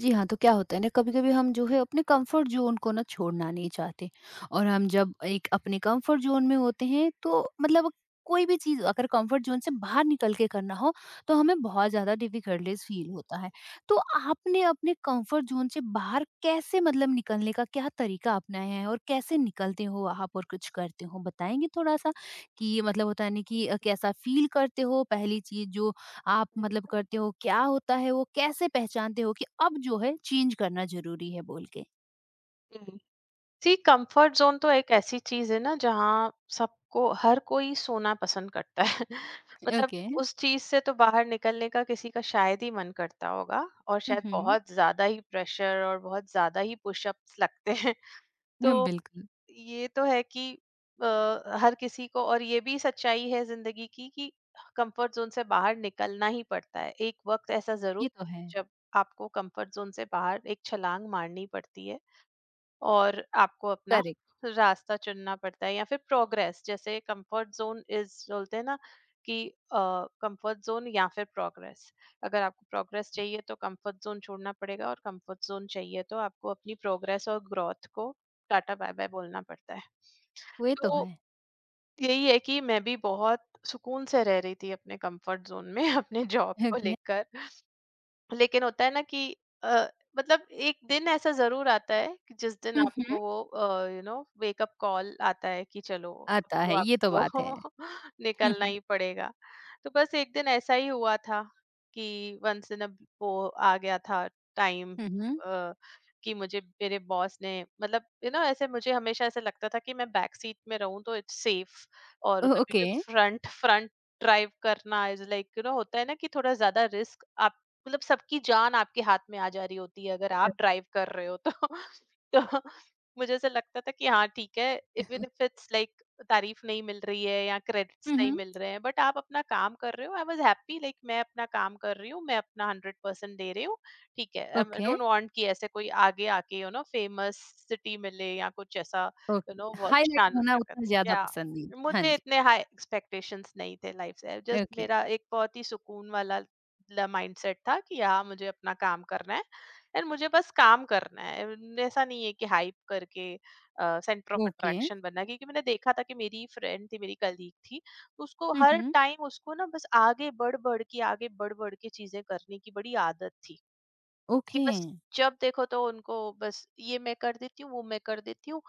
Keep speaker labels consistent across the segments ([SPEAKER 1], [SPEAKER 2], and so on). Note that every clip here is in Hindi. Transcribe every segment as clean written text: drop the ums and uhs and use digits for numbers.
[SPEAKER 1] जी हाँ, तो क्या होता है ना कभी-कभी हम जो है अपने कंफर्ट ज़ोन को ना छोड़ना नहीं चाहते और हम जब एक अपने कंफर्ट ज़ोन में होते हैं तो मतलब कोई भी चीज़ अगर कंफर्ट ज़ोन से बाहर निकल के करना हो तो हमें बहुत ज़्यादा डिफिकल्टीज़ फील होता है। तो आपने अपने कंफर्ट ज़ोन से बाहर कैसे मतलब निकलने का क्या तरीका अपनाया है और कैसे निकलते हो आप और कुछ करते हो? बताएँगे थोड़ा-सा कि मतलब होता है ना कि कैसा फील करते हो? पहली चीज़ जो आप
[SPEAKER 2] जी।
[SPEAKER 1] मतलब करते हो? क्या होता है वो? कैसे पहचानते हो कि अब जो है चेंज करना ज़रूरी है बोल के?
[SPEAKER 2] सी कंफर्ट ज़ोन तो एक ऐसी चीज़ है ना, जहाँ सबको हर कोई सोना पसंद करता है। मतलब
[SPEAKER 1] ओके।
[SPEAKER 2] उस चीज़ से तो बाहर निकलने का किसी का शायद ही मन करता होगा, और
[SPEAKER 1] हुँ,
[SPEAKER 2] शायद
[SPEAKER 1] हुँ।
[SPEAKER 2] बहुत ज़्यादा ही प्रेशर और बहुत ज़्यादा ही पुशअप्स लगते हैं।
[SPEAKER 1] हुँ,
[SPEAKER 2] तो
[SPEAKER 1] बिल्कुल।
[SPEAKER 2] ये तो है कि अ, हर किसी को, और ये भी सच्चाई है जिंदगी की, कि कंफर्ट जोन से बाहर निकलना ही पड़ता है। एक वक्त ऐसा जरूर
[SPEAKER 1] ये तो
[SPEAKER 2] आता
[SPEAKER 1] है।
[SPEAKER 2] है जब आपको कंफर्ट जोन से बाहर एक छलांग मारनी पड़ती है, और आपको अपना
[SPEAKER 1] करेक्ट,
[SPEAKER 2] रास्ता चुनना पड़ता है, या फिर प्रोग्रेस। जैसे कंफर्ट जोन इज बोलते हैं ना, कि कंफर्ट जोन या फिर प्रोग्रेस। अगर आपको प्रोग्रेस चाहिए तो कंफर्ट जोन छोड़ना पड़ेगा, और कंफर्ट जोन चाहिए तो आपको अपनी प्रोग्रेस और ग्रोथ को टाटा बाय बाय बोलना पड़ता है।
[SPEAKER 1] वो ये तो है।
[SPEAKER 2] तो यही है कि मैं भी बहुत सुकून से रह रही थी अपने कंफर्ट जोन में, अपने जॉब को
[SPEAKER 1] ओके।
[SPEAKER 2] लेकर। लेकिन होता है ना कि अ, मतलब एक दिन ऐसा ज़रूर आता है कि जिस दिन
[SPEAKER 1] हुँ,
[SPEAKER 2] हुँ।
[SPEAKER 1] हुँ।
[SPEAKER 2] आपको वो यू नो वेकअप कॉल आता है कि चलो, अब
[SPEAKER 1] आता
[SPEAKER 2] तो
[SPEAKER 1] है, ये तो
[SPEAKER 2] आपको
[SPEAKER 1] बात है। हुँ,
[SPEAKER 2] निकलना
[SPEAKER 1] हुँ।
[SPEAKER 2] ही पड़ेगा। तो बस एक दिन ऐसा ही हुआ था कि वन्स इन अ वो आ गया था टाइम।
[SPEAKER 1] हुँ, हुँ।
[SPEAKER 2] अ, कि मुझे मेरे बॉस ने मतलब यू नो ऐसे, मुझे हमेशा ऐसा लगता था कि मैं बैक सीट में रहूँ तो इट्स सेफ,
[SPEAKER 1] ओ
[SPEAKER 2] और कभी
[SPEAKER 1] ओके।
[SPEAKER 2] भी फ्रंट फ्रंट ड्राइव करना इज़ लाइक यू नो, होता है ना कि थोड़ा ज़्यादा रिस्क। आप मतलब सबकी जान आपके हाथ में आ जा रही होती है अगर
[SPEAKER 1] अ,
[SPEAKER 2] आप ड्राइव कर रहे हो तो। तो मुझे ऐसा लगता था कि हाँ ठीक है, इवन इफ इट्स लाइक तारीफ नहीं मिल रही है या क्रेडिट्स
[SPEAKER 1] हुँ,
[SPEAKER 2] नहीं
[SPEAKER 1] हुँ।
[SPEAKER 2] मिल रहे हैं बट आप अपना काम कर रहे हो। आई वॉज हैप्पी लाइक मैं अपना काम कर रही हूँ, मैं अपना 100% दे रही हूँ। ठीक है आई
[SPEAKER 1] ओके,
[SPEAKER 2] डोंट वांट कि ऐसे कोई आगे आके यू नो फेमस सिटी मिले या कुछ ऐसा, यू
[SPEAKER 1] ओके।
[SPEAKER 2] नो बहुत
[SPEAKER 1] हाइलाइट
[SPEAKER 2] शान हो
[SPEAKER 1] होना
[SPEAKER 2] शकत,
[SPEAKER 1] उतना ज़्यादा
[SPEAKER 2] या
[SPEAKER 1] पसंद नहीं। हाँ
[SPEAKER 2] मुझे
[SPEAKER 1] जी।
[SPEAKER 2] इतने हाई एक्सपेक्टेशंस नहीं थे लाइफ से। जस्ट
[SPEAKER 1] ओके,
[SPEAKER 2] मेरा एक बहुत ही सुकून वाला माइंडसेट था कि हाँ मुझे अपना काम करना है, एंड मुझे बस काम करना है। एंड ऐसा नहीं है कि हाइप करके सेंटर ऑफ
[SPEAKER 1] ओके।
[SPEAKER 2] अट्रैक्शन बनना। क्योंकि मैंने देखा था कि मेरी फ्रेंड थी, मेरी कलीग थी, तो उसको
[SPEAKER 1] हुँ,
[SPEAKER 2] हर
[SPEAKER 1] हुँ।
[SPEAKER 2] टाइम उसको ना बस आगे बढ़ बढ़ के, आगे बढ़ बढ़ के चीजें करने की बड़ी आदत थी। कि
[SPEAKER 1] ओके।
[SPEAKER 2] बस जब देखो तो उनको बस ये मैं कर देती हूँ, वो मैं कर देती हूँ।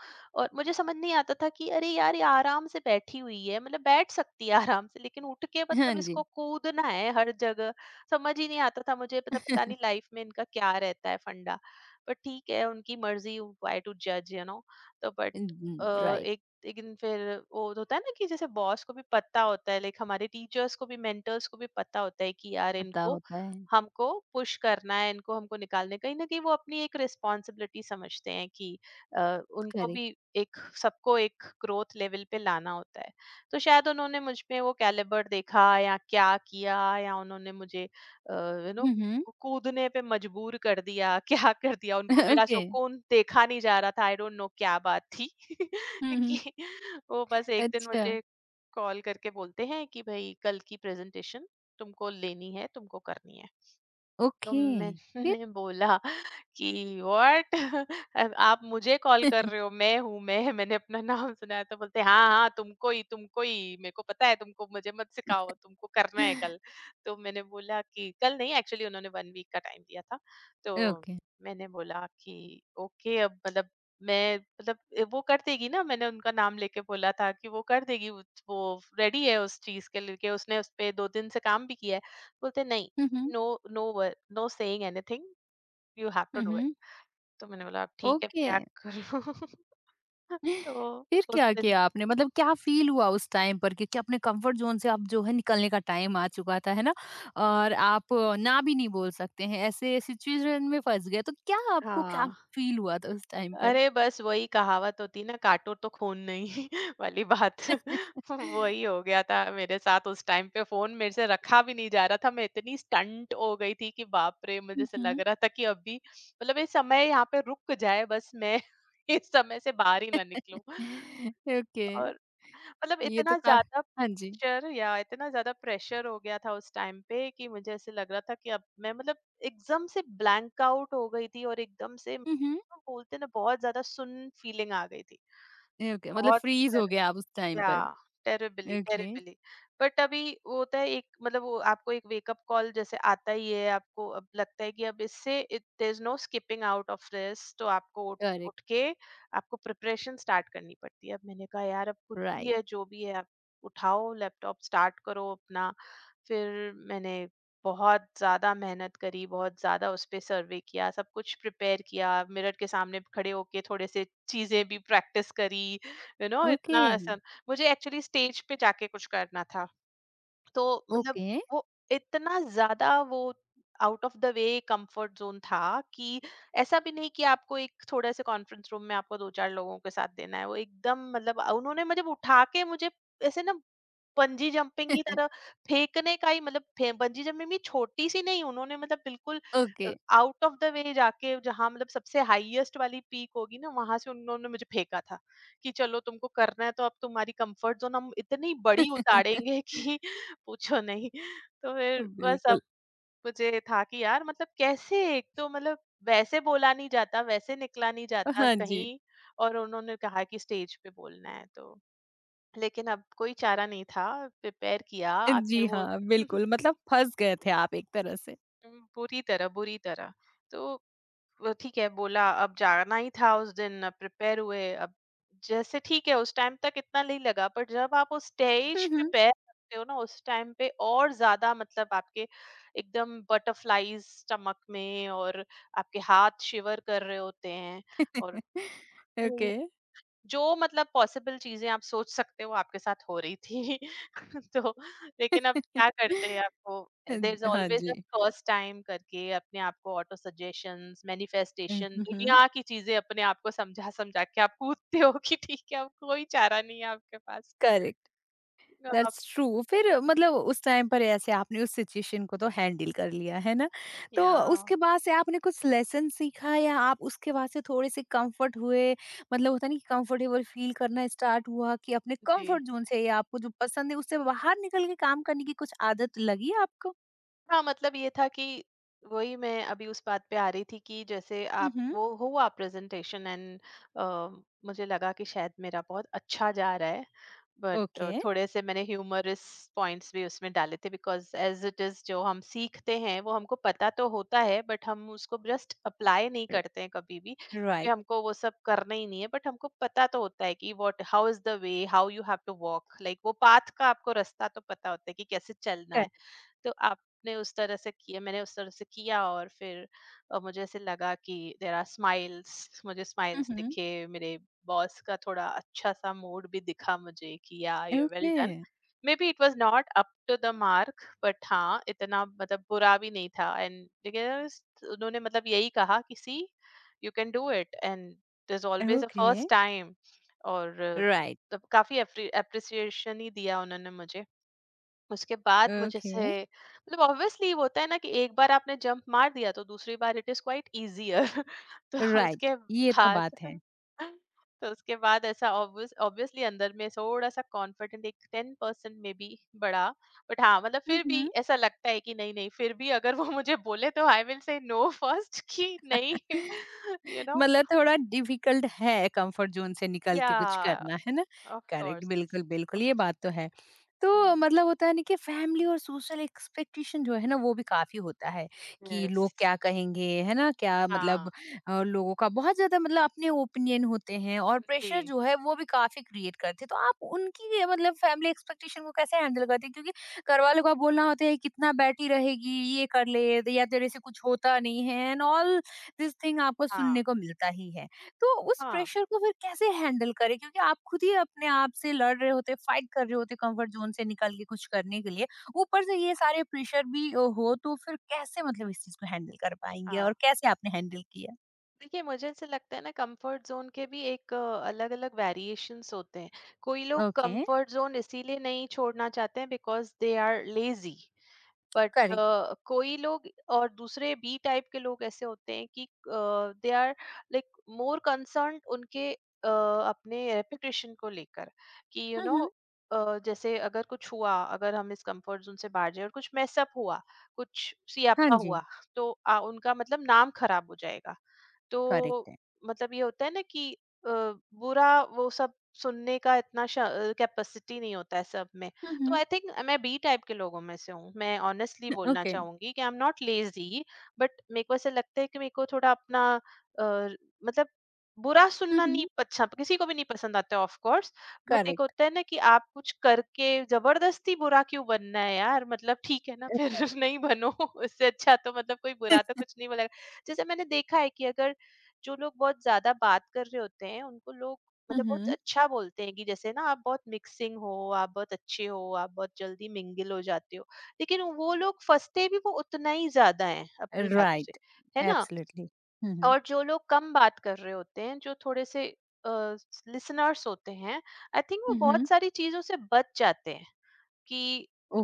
[SPEAKER 2] और मुझे समझ नहीं आता था कि अरे यार ये आराम से बैठी हुई है, मतलब बैठ सकती है आराम से, लेकिन उठ के
[SPEAKER 1] हाँ
[SPEAKER 2] मतलब
[SPEAKER 1] जी।
[SPEAKER 2] इसको कूदना है हर जगह। समझ ही नहीं आता था मुझे, पता पता नहीं लाइफ में इनका क्या रहता है फंडा। पर ठीक है उनकी मर्जी, वाई टू जज यू नो। तो बट
[SPEAKER 1] राइट।
[SPEAKER 2] एक एक दिन फिर वो होता है ना, कि जैसे बॉस को भी पता होता है, लाइक हमारे टीचर्स को भी, मेंटर्स को भी पता होता है कि यार
[SPEAKER 1] पता
[SPEAKER 2] इनको
[SPEAKER 1] होता है।
[SPEAKER 2] हमको पुश करना है, इनको हमको निकालना है। कहीं न कहीं वो अपनी एक रिस्पॉन्सिबिलिटी समझते हैं कि अ, उनको
[SPEAKER 1] करेक्ट।
[SPEAKER 2] भी एक सबको एक ग्रोथ लेवल पे लाना होता है। तो शायद उन्होंने मुझ में वो कैलिबर देखा या क्या किया, या उन्होंने मुझे यू नो
[SPEAKER 1] हुँ, हुँ।
[SPEAKER 2] कूदने पे मजबूर कर दिया, क्या कर दिया, उनको मेरा
[SPEAKER 1] ओके।
[SPEAKER 2] सुकून देखा नहीं जा रहा था, आई डोंट नो क्या बात थी।
[SPEAKER 1] हुँ, हुँ।
[SPEAKER 2] कि वो बस एक दिन
[SPEAKER 1] अच्छा।
[SPEAKER 2] मुझे कॉल करके बोलते हैं कि, "भई कल की प्रेज़ेंटेशन तुमको लेनी है, तुमको करनी है।" तो
[SPEAKER 1] ओके, फिर?
[SPEAKER 2] मैंने बोला कि व्हाट, आप मुझे कॉल कर रहे हो? मैं हूँ, मैं मैंने अपना नाम सुनाया, तो बोलते हाँ हाँ तुमको ही, तुमको ही, मेरे को पता है, तुमको मुझे मत सिखाओ, तुमको करना है कल। तो मैंने बोला कि कल नहीं, एक्चुअली उन्होंने 1 वीक का टाइम दिया था। तो
[SPEAKER 1] ओके।
[SPEAKER 2] मैंने बोला कि ओके, अब मतलब, मैं मतलब वो कर देगी ना, मैंने उनका नाम लेके बोला था कि वो कर देगी, वो रेडी है उस चीज के लिए, उसने उस पे 2 दिन से काम भी किया है। बोलते नहीं,
[SPEAKER 1] हुँ, हुँ।
[SPEAKER 2] No no, were no saying anything, you have to
[SPEAKER 1] hmm,
[SPEAKER 2] do it.
[SPEAKER 1] हुँ।
[SPEAKER 2] तो मैंने बोला ठीक है,
[SPEAKER 1] ओके।
[SPEAKER 2] क्या करूं। तो
[SPEAKER 1] फिर
[SPEAKER 2] उस
[SPEAKER 1] क्या
[SPEAKER 2] दिन,
[SPEAKER 1] किया आपने? मतलब क्या फ़ील हुआ उस टाइम पर क्योंकि अपने कम्फर्ट ज़ोन से अब जो है निकलने का टाइम आ चुका था, है ना? और आप ना भी नहीं बोल सकते हैं, ऐसे सिचुएशन में फँस गए, तो क्या आपको क्या
[SPEAKER 2] हाँ,
[SPEAKER 1] फ़ील हुआ था उस टाइम पर?
[SPEAKER 2] अरे बस वही कहावत होती है ना, काटो तो खून नहीं, वाली बात। वही हो गया था मेरे साथ उस टाइम पे। फोन मेरे से रखा भी नहीं जा रहा था, मैं इतनी स्टंट हो गई थी कि बाप रे मुझे
[SPEAKER 1] हुँ,
[SPEAKER 2] से लग
[SPEAKER 1] हुँ।
[SPEAKER 2] रहा था कि अभी मतलब ये समय यहाँ पे रुक जाए, बस मैं इस समय से बाहर ही ना निकलूं।
[SPEAKER 1] ओके।
[SPEAKER 2] और मतलब
[SPEAKER 1] ये तो
[SPEAKER 2] इतना
[SPEAKER 1] का
[SPEAKER 2] ज़्यादा
[SPEAKER 1] हाँ जी।
[SPEAKER 2] प्रेशर, या इतना ज़्यादा प्रेशर हो गया था उस टाइम पे कि मुझे ऐसे लग रहा था कि अब मैं मतलब एकदम से ब्लैंक आउट हो गई थी। और एकदम से
[SPEAKER 1] हुँ, हुँ।
[SPEAKER 2] बोलते हैं ना, बहुत ज़्यादा सुन फीलिंग आ गई थी।
[SPEAKER 1] ओके, मतलब
[SPEAKER 2] बहुत
[SPEAKER 1] फ्रीज़ हो गए आप उस
[SPEAKER 2] टेरिबल,
[SPEAKER 1] टाइम
[SPEAKER 2] या
[SPEAKER 1] पर।
[SPEAKER 2] Terribly,
[SPEAKER 1] okay,
[SPEAKER 2] terribly. बट अभी वो होता है एक मतलब वो आपको एक वेकअप कॉल जैसे आता ही है, आपको अब लगता है कि अब इससे there is no skipping out of this. तो आपको उठ
[SPEAKER 1] करेक्ट,
[SPEAKER 2] उठ के आपको प्रिपरेशन स्टार्ट करनी पड़ती है। अब मैंने कहा यार अब कुछ भी
[SPEAKER 1] राइट।
[SPEAKER 2] है, जो भी है, आप उठाओ लैपटॉप, स्टार्ट करो अपना। फिर मैंने बहुत ज़्यादा मेहनत करी, बहुत ज़्यादा उस पे सर्वे किया, सब कुछ प्रिपेयर किया। मिरर के सामने खड़े होके थोड़े से चीज़ें भी प्रैक्टिस करी, यू नो
[SPEAKER 1] ओके।
[SPEAKER 2] इतना ऐसा। मुझे एक्चुअली स्टेज पे जाके कुछ करना था, तो मतलब
[SPEAKER 1] ओके।
[SPEAKER 2] वो इतना ज्यादा वो out of the way comfort zone था कि, ऐसा भी नहीं कि आपको एक थोड़े से कॉन्फ्रेंस रूम में आपको दो चार लोगों के साथ देना है। वो एकदम मतलब उन्होंने मुझे उठा के मुझे ऐसे ना बंजी जंपिंग की तरह फेंकने का ही मतलब बंजी जंपिंग भी छोटी सी नहीं, उन्होंने मतलब बिल्कुल
[SPEAKER 1] okay.
[SPEAKER 2] Out of the way जाके, जहां मतलब सबसे हाईएस्ट वाली पीक होगी ना, वहां से उन्होंने मुझे फेंका था। कि चलो तुमको करना है, तो अब तुम्हारी कंफर्ट जोन हम इतनी बड़ी उतारेंगे कि पूछो नहीं। तो फिर बस अब
[SPEAKER 1] बिल्कुल।
[SPEAKER 2] मुझे था कि यार मतलब कैसे, एक तो मतलब वैसे बोला नहीं जाता, वैसे निकला नहीं जाता
[SPEAKER 1] हाँ जी।
[SPEAKER 2] कहीं, और उन्होंने कहा कि स्टेज पे बोलना है तो। लेकिन अब कोई चारा नहीं था, प्रिपेयर किया आखिर
[SPEAKER 1] जी
[SPEAKER 2] वो।
[SPEAKER 1] हाँ, बिल्कुल मतलब फँस गए थे आप एक तरह से।
[SPEAKER 2] बुरी तरह, बुरी तरह। तो वो ठीक है, बोला अब जाना ही था उस दिन, प्रिपेयर हुए अब। जैसे ठीक है उस टाइम तक इतना नहीं लगा, बट जब आप उस
[SPEAKER 1] हुँ,
[SPEAKER 2] स्टेज पे
[SPEAKER 1] हुँ।
[SPEAKER 2] पैर रखते हो ना, उस टाइम पे और ज्यादा मतलब आपके एकदम बटरफ्लाईज स्टमक में, और आपके हाथ शिवर कर रहे होते हैं, और
[SPEAKER 1] ओके।
[SPEAKER 2] जो मतलब पॉसिबल चीज़ें आप सोच सकते हो आपके साथ हो रही थी। तो लेकिन अब क्या करते हैं, आपको
[SPEAKER 1] अ,
[SPEAKER 2] देयर इज़
[SPEAKER 1] हाँ
[SPEAKER 2] ऑलवेज़ अ
[SPEAKER 1] जी।
[SPEAKER 2] फर्स्ट टाइम करके अपने आप को auto suggestions,
[SPEAKER 1] hmm,
[SPEAKER 2] manifestation,
[SPEAKER 1] hmm, hmm.
[SPEAKER 2] दुनिया की चीज़ें अपने आप को समझा-समझा के आप कूदते हो कि ठीक है अब कोई चारा नहीं है आपके पास।
[SPEAKER 1] करेक्ट।
[SPEAKER 2] आप,
[SPEAKER 1] दैट्स ट्रू फिर मतलब उस टाइम पर ऐसे आपने उस सिचुएशन को तो हैंडल कर लिया है ना तो
[SPEAKER 2] या,
[SPEAKER 1] उसके बाद से आपने कुछ लेसन सीखा या आप उसके बाद से थोड़े से कंफर्ट हुए मतलब होता नहीं कंफर्टेबल फील करना स्टार्ट हुआ कि अपने
[SPEAKER 2] जी।
[SPEAKER 1] कंफर्ट जोन से या आपको जो पसंद है उससे बाहर निकल के काम करने की कुछ आदत लगी आपको
[SPEAKER 2] हाँ, मतलब ये था कि वही मैं अभी उस बात पे आ रही थी, कि जैसे आप,
[SPEAKER 1] हम्म
[SPEAKER 2] वो हुआ प्रेजेंटेशन, एंड मुझे लगा कि शायद मेरा बहुत अच्छा जा रहा है, बट
[SPEAKER 1] ओके
[SPEAKER 2] थोड़े से मैंने ह्यूमरस पॉइंट्स भी उसमें डाले थे, बिकॉज एज इट इज जो हम सीखते हैं वो हमको पता तो होता है, बट हम उसको जस्ट अप्लाई नहीं करते हैं कभी भी, क्योंकि
[SPEAKER 1] राइट
[SPEAKER 2] हमको वो सब करना ही नहीं है। बट हमको पता तो होता है कि what, how is the way, how you have to walk, like वो पाथ का आपको रास्ता तो पता होता है कि कैसे चलना है। तो आपने उस तरह से किया, मैंने उस तरह से किया, और फिर मुझे ऐसे लगा कि देयर आर स्माइल्स, मुझे स्माइल्स
[SPEAKER 1] हम्म
[SPEAKER 2] दिखे। मेरे बॉस का थोड़ा अच्छा सा मूड भी दिखा मुझे, कि yeah, you well
[SPEAKER 1] okay
[SPEAKER 2] done, maybe it was not up to the mark, but हाँ इतना मतलब बुरा भी नहीं था। एंड उन्होंने मतलब यही कहा कि see, you can do it, and there's always a
[SPEAKER 1] okay
[SPEAKER 2] first time। और
[SPEAKER 1] राइट
[SPEAKER 2] तब काफी अप्रिसिएशन ही दिया उन्होंने मुझे। उसके बाद मुझे
[SPEAKER 1] ओके
[SPEAKER 2] से मतलब ऑब्वियसली वो होता है ना कि एक बार आपने जंप मार दिया तो दूसरी बार इट इज क्वाइट इजियर। तो
[SPEAKER 1] राइट
[SPEAKER 2] उसके
[SPEAKER 1] ये तो
[SPEAKER 2] बाद,
[SPEAKER 1] बात
[SPEAKER 2] तो उसके बाद ऐसा ऑब्वियसली अंदर में थोड़ा सा कॉन्फिडेंट एक 10% में भी बढ़ा। बट हाँ मतलब फिर भी
[SPEAKER 1] है
[SPEAKER 2] ऐसा लगता है कि नहीं नहीं, फिर भी अगर वो मुझे बोले तो I will say no first, कि नहीं। यू नो,
[SPEAKER 1] मतलब थोड़ा डिफिकल्ट है कंफर्ट जोन से निकल के कुछ
[SPEAKER 2] या,
[SPEAKER 1] करना, है ना?
[SPEAKER 2] Of
[SPEAKER 1] correct,
[SPEAKER 2] course.
[SPEAKER 1] बिल्कुल, बिल्कुल, ये बात तो है। तो मतलब होता है ना कि फैमिली और सोशल एक्सपेक्टेशन जो है ना, वो भी काफ़ी होता है कि
[SPEAKER 2] यस।
[SPEAKER 1] लोग क्या कहेंगे, है ना? क्या मतलब
[SPEAKER 2] हाँ
[SPEAKER 1] लोगों का बहुत ज़्यादा मतलब अपने ओपिनियन होते हैं और प्रेशर
[SPEAKER 2] जी,
[SPEAKER 1] जो है, वो भी काफ़ी क्रिएट करते हैं। तो आप उनकी ये मतलब फैमिली एक्सपेक्टेशन को कैसे हैंडल करते हैं? क्योंकि घरवालों का बोलना होता है, "कितना बैठी रहेगी, ये कर ले, या तेरे से कुछ होता नहीं है" एंड ऑल दिस थिंग आपको
[SPEAKER 2] हाँ
[SPEAKER 1] सुनने को मिलता ही है। तो उस
[SPEAKER 2] हाँ
[SPEAKER 1] प्रेशर को फिर कैसे हैंडल करें? क्योंकि आप खुद ही अपने आप से लड़ रहे होते हैं, फाइट कर रहे होते हैं कंफर्ट ज़ोन से निकल के कुछ करने के लिए। ऊपर से ये सारे प्रेशर भी हो तो फिर कैसे मतलब इस चीज़ को हैंडल कर पाएँगे और
[SPEAKER 2] हाँ।
[SPEAKER 1] कैसे आपने हैंडल किया?
[SPEAKER 2] देखिए, मुझे ऐसे लगता है ना, कंफर्ट जोन के भी एक अलग अलग वेरिएशंस होते हैं। कोई लोग
[SPEAKER 1] ओके,
[SPEAKER 2] कंफर्ट जोन इसीलिए नहीं छोड़ना चाहते हैं because they are lazy. But
[SPEAKER 1] correct.
[SPEAKER 2] कोई लोग और दूसरे बी टाइप के लोग ऐसे होते हैं कि they are like more concern उनके अपने रेपुटेशन को लेकर कि you you
[SPEAKER 1] hmm,
[SPEAKER 2] no
[SPEAKER 1] hmm.
[SPEAKER 2] जैसे अगर कुछ हुआ, अगर हम इस कंफर्ट जोन से बाहर जाए और कुछ मैसअप हुआ, कुछ
[SPEAKER 1] हाँ
[SPEAKER 2] सियापा
[SPEAKER 1] जी।
[SPEAKER 2] हुआ, तो उनका मतलब नाम खराब हो जाएगा। तो
[SPEAKER 1] करेक्ट है।
[SPEAKER 2] मतलब ये होता है ना कि अ, बुरा वो सब सुनने का इतना कैपेसिटी नहीं होता है सब में।
[SPEAKER 1] हुँ,
[SPEAKER 2] तो
[SPEAKER 1] हुँ।
[SPEAKER 2] आई थिंक मैं बी टाइप के लोगों में से हूँ। मैं ऑनेस्टली बोलना
[SPEAKER 1] ओके।
[SPEAKER 2] चाहूंगी कि I am not lazy. But मेरे को ऐसा लगता है कि मेरे को थोड़ा अपना अ, मतलब बुरा
[SPEAKER 1] हुँ,
[SPEAKER 2] सुनना, नहीं
[SPEAKER 1] हुँ।
[SPEAKER 2] अच्छा किसी को भी नहीं पसंद आता है ऑफ कोर्स। बट एक
[SPEAKER 1] करेक्ट।
[SPEAKER 2] होता है ना कि आप कुछ करके जबरदस्ती बुरा क्यों बनना है यार, मतलब ठीक है ना फिर नहीं बनो उससे अच्छा तो मतलब कोई बुरा तो कुछ नहीं बोलेगा। जैसे मैंने देखा है कि अगर जो लोग बहुत ज्यादा बात कर रहे होते हैं उनको लोग
[SPEAKER 1] हुँ,
[SPEAKER 2] मतलब बहुत
[SPEAKER 1] हुँ।
[SPEAKER 2] अच्छा बोलते हैं कि जैसे ना आप बहुत मिक्सिंग हो, आप बहुत अच्छे हो, आप बहुत जल्दी मिंगल हो जाते हो। लेकिन वो लोग फंसते भी वो उतना ही ज्यादा हैं अपनी बातों से,
[SPEAKER 1] राइट,
[SPEAKER 2] है ना।
[SPEAKER 1] एब्सोल्युटली। Hmm, hmm.
[SPEAKER 2] और जो लोग कम बात कर रहे होते हैं, जो थोड़े से लिसनर्स होते हैं, आई थिंक वो
[SPEAKER 1] हुँ, हुँ।
[SPEAKER 2] बहुत सारी चीजों से बच जाते हैं कि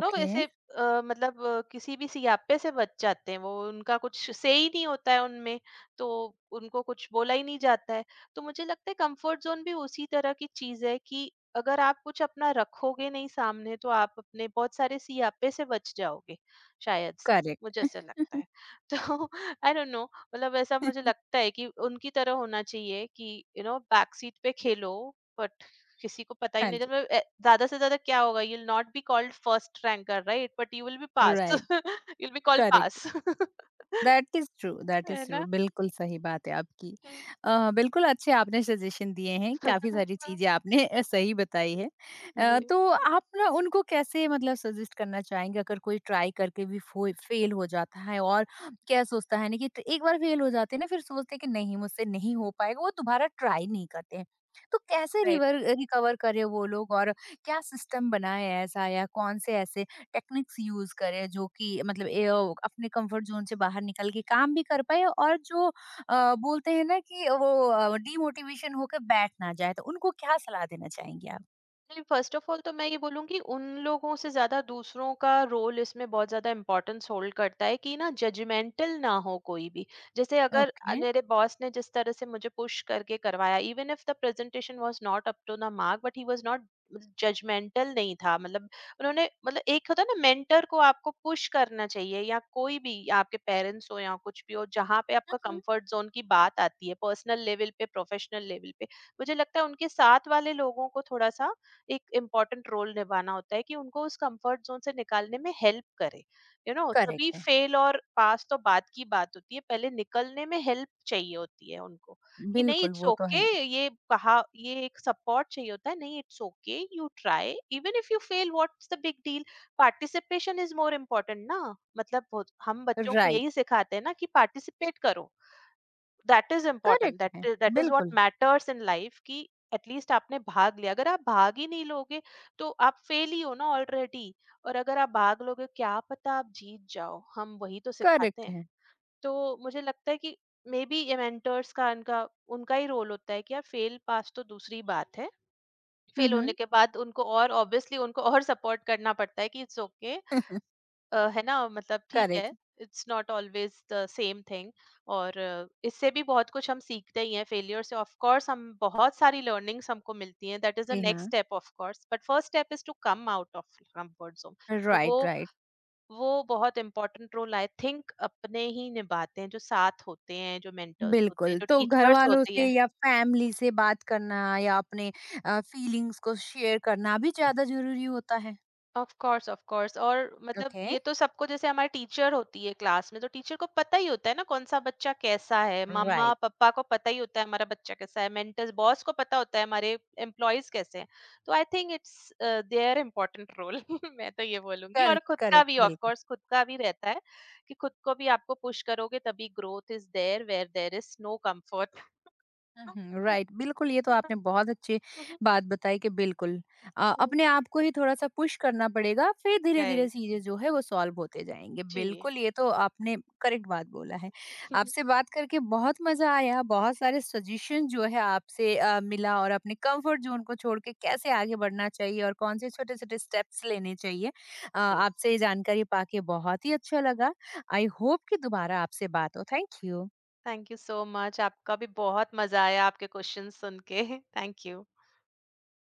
[SPEAKER 2] यू नो ऐसे मतलब किसी भी सियापे से बच जाते हैं। वो उनका कुछ से ही नहीं होता है उनमें। तो उनको कुछ बोला ही नहीं जाता है। तो मुझे लगता है कंफर्ट जोन भी उसी तरह की चीज है कि अगर आप कुछ अपना रखोगे नहीं सामने, तो आप अपने बहुत सारे सियापे से बच जाओगे शायद से। मुझे
[SPEAKER 1] करेक्ट।
[SPEAKER 2] ऐसा लगता है तो आई डोंट नो, मतलब ऐसा मुझे लगता है कि उनकी तरह होना चाहिए कि यू नो बैक सीट पे खेलो। किसी को पता ही
[SPEAKER 1] हाँ
[SPEAKER 2] नहीं
[SPEAKER 1] जी।
[SPEAKER 2] चल ज्यादा से ज्यादा क्या होगा, you will not be called first ranker right, but you will be pass,
[SPEAKER 1] right.
[SPEAKER 2] You will be called
[SPEAKER 1] correct.
[SPEAKER 2] Pass
[SPEAKER 1] that is true, that is
[SPEAKER 2] है
[SPEAKER 1] ट्रू।
[SPEAKER 2] ना।
[SPEAKER 1] बिल्कुल सही बात है आपकी।
[SPEAKER 2] हम्म।
[SPEAKER 1] बिल्कुल अच्छे आपने सजेशन दिए हैं, काफ़ी सारी चीज़ें आपने सही बताई है। तो आप ना उनको कैसे मतलब सजेस्ट करना चाहेंगे अगर कोई ट्राई करके भी फ़ोइ फ़ेल हो जाता है और क्या सोचता है ना कि ट एक बार फ़ेल हो जाते हैं ना फिर सोचते हैं कि नहीं मुझसे नहीं हो पाएगा, वो दोबारा ट्राई नहीं करते हैं। तो कैसे
[SPEAKER 2] जी।
[SPEAKER 1] रिवर रिकवर करें वो लोग और क्या सिस्टम बनाएँ ऐसा या कौन से ऐसे टेक्निक्स यूज़ करें जो कि मतलब ए ओ अपने कंफर्ट ज़ोन से बाहर निकल के काम भी कर पाएँ और जो बोलते हैं ना कि वो डिमोटिवेशन होकर बैठ ना जाए, तो उनको क्या सलाह देना चाहेंगी आप?
[SPEAKER 2] नहीं फर्स्ट ऑफ ऑल तो मैं ये बोलूँगी उन लोगों से, ज़्यादा दूसरों का रोल इसमें बहुत ज़्यादा इम्पोर्टेंस होल्ड करता है कि ना जजमेंटल ना हो कोई भी। जैसे अगर
[SPEAKER 1] ओके। हुँ,
[SPEAKER 2] मेरे बॉस ने जिस तरह से मुझे पुश करके करवाया, even if the presentation was not up to the mark but he was not judgmental, नहीं था मतलब। उन्होंने मतलब एक होता है ना मेंटर को आपको पुश करना चाहिए, या कोई भी या आपके पेरेंट्स हो या कुछ भी हो जहाँ पे आपका
[SPEAKER 1] हुँ।
[SPEAKER 2] कंफर्ट जोन की बात आती है, पर्सनल लेवल पे, प्रोफेशनल लेवल पे। मुझे लगता है उनके साथ वाले लोगों को थोड़ा सा एक इम्पोर्टेंट रोल निभाना होता है कि उनको उस कंफर्ट जोन से निकालने में हेल्प करे। यू नो तभी
[SPEAKER 1] करेक्ट है।
[SPEAKER 2] फेल और पास तो बात की बात होती है, पहले निकलने में हेल्प चाहिए होती है उनको कि नहीं
[SPEAKER 1] बिल्कुल,
[SPEAKER 2] इट्स
[SPEAKER 1] वो तो
[SPEAKER 2] ओके
[SPEAKER 1] है।
[SPEAKER 2] okay, ये कहा, ये एक सपोर्ट चाहिए होता है, नहीं it's okay, you try even if you fail, what's the big deal. Participation is more important ना, मतलब हम बच्चों को
[SPEAKER 1] राइट,
[SPEAKER 2] यही सिखाते हैं ना कि पार्टिसिपेट करो। दैट इज इम्पोर्टेंट,
[SPEAKER 1] करेक्ट है।
[SPEAKER 2] दैट दैट इज व्हाट
[SPEAKER 1] बिल्कुल,
[SPEAKER 2] मैटर्स इन लाइफ कि एटलीस्ट आपने भाग लिया। अगर आप भाग ही नहीं लोगे तो आप फेल ही हो ना ऑलरेडी। और अगर आप भाग लोगे क्या पता आप जीत जाओ, हम वही तो सिखाते
[SPEAKER 1] करेक्ट
[SPEAKER 2] हैं।
[SPEAKER 1] है।
[SPEAKER 2] तो मुझे लगता है कि मे बी ये मेंटर्स का, इनका उनका ही रोल होता है कि यार फेल पास तो दूसरी बात है,
[SPEAKER 1] हुँ,
[SPEAKER 2] फेल होने
[SPEAKER 1] हुँ।
[SPEAKER 2] के बाद उनको और ऑब्वियसली उनको और सपोर्ट करना पड़ता है कि इट्स ओके। है ना मतलब ठीक है।
[SPEAKER 1] Correct.
[SPEAKER 2] It's not always the same thing. और इससे भी बहुत कुछ हम सीखते ही हैं फेलियर से, ऑफ कोर्स हम बहुत सारी लर्निंग्स हमको मिलती हैं। दैट इज द
[SPEAKER 1] जी
[SPEAKER 2] नेक्स्ट
[SPEAKER 1] हाँ।
[SPEAKER 2] Step of course, but first step is to come out of comfort zone. और वो
[SPEAKER 1] राइट, राइट।
[SPEAKER 2] वो बहुत इंपॉर्टेंट रोल आई थिंक अपने ही निभाते हैं, जो साथ होते हैं, जो मेंटर्स होते हैं,
[SPEAKER 1] बिल्कुल,
[SPEAKER 2] जो
[SPEAKER 1] तो
[SPEAKER 2] टीचर्स
[SPEAKER 1] घरवालों
[SPEAKER 2] होती
[SPEAKER 1] से
[SPEAKER 2] हैं।
[SPEAKER 1] या फैमिली से बात करना या अपने फीलिंग्स को शेयर करना भी ज़्यादा ज़रूरी होता है।
[SPEAKER 2] Of course of course. और मतलब
[SPEAKER 1] ओके।
[SPEAKER 2] ये तो सबको, जैसे हमारी टीचर होती है क्लास में, तो टीचर को पता ही होता है ना कौन सा बच्चा कैसा है। मम्मा
[SPEAKER 1] राइट
[SPEAKER 2] पापा को पता ही होता है हमारा बच्चा कैसा है। मेंटर्स बॉस को पता होता है हमारे एम्प्लॉयज कैसे हैं। तो I think it's their important role मैं तो ये बोलूंगी। और
[SPEAKER 1] करेक्ट
[SPEAKER 2] खुद का
[SPEAKER 1] करेक्ट
[SPEAKER 2] भी ऑफ
[SPEAKER 1] बिल्कुल
[SPEAKER 2] कोर्स, खुद का भी रहता है कि खुद को भी आपको पुश करोगे तभी growth is there, where there is no comfort
[SPEAKER 1] right बिल्कुल ये तो आपने बहुत अच्छी बात बताई कि बिल्कुल अपने आप को ही थोड़ा सा पुश करना पड़ेगा फिर धीरे धीरे
[SPEAKER 2] राइट।
[SPEAKER 1] चीजें जो है वो सॉल्व होते जाएंगे
[SPEAKER 2] जी
[SPEAKER 1] बिल्कुल ये तो आपने करेक्ट बात बोला है आपसे बात करके बहुत मजा आया बहुत सारे सजेशन जो है आपसे मिला और अपने कंफर्ट जोन को छोड़ के कैसे आगे बढ़ना चाहिए और कौन से छोटे छोटे स्टेप्स लेने चाहिए
[SPEAKER 2] जी,
[SPEAKER 1] आपसे ये जानकारी पाके बहुत ही अच्छा लगा आई होप कि दोबारा आपसे बात हो thank you
[SPEAKER 2] thank you so much. आपका भी बहुत मजा आया आपके क्वेश्चन सुन के थैंक यू।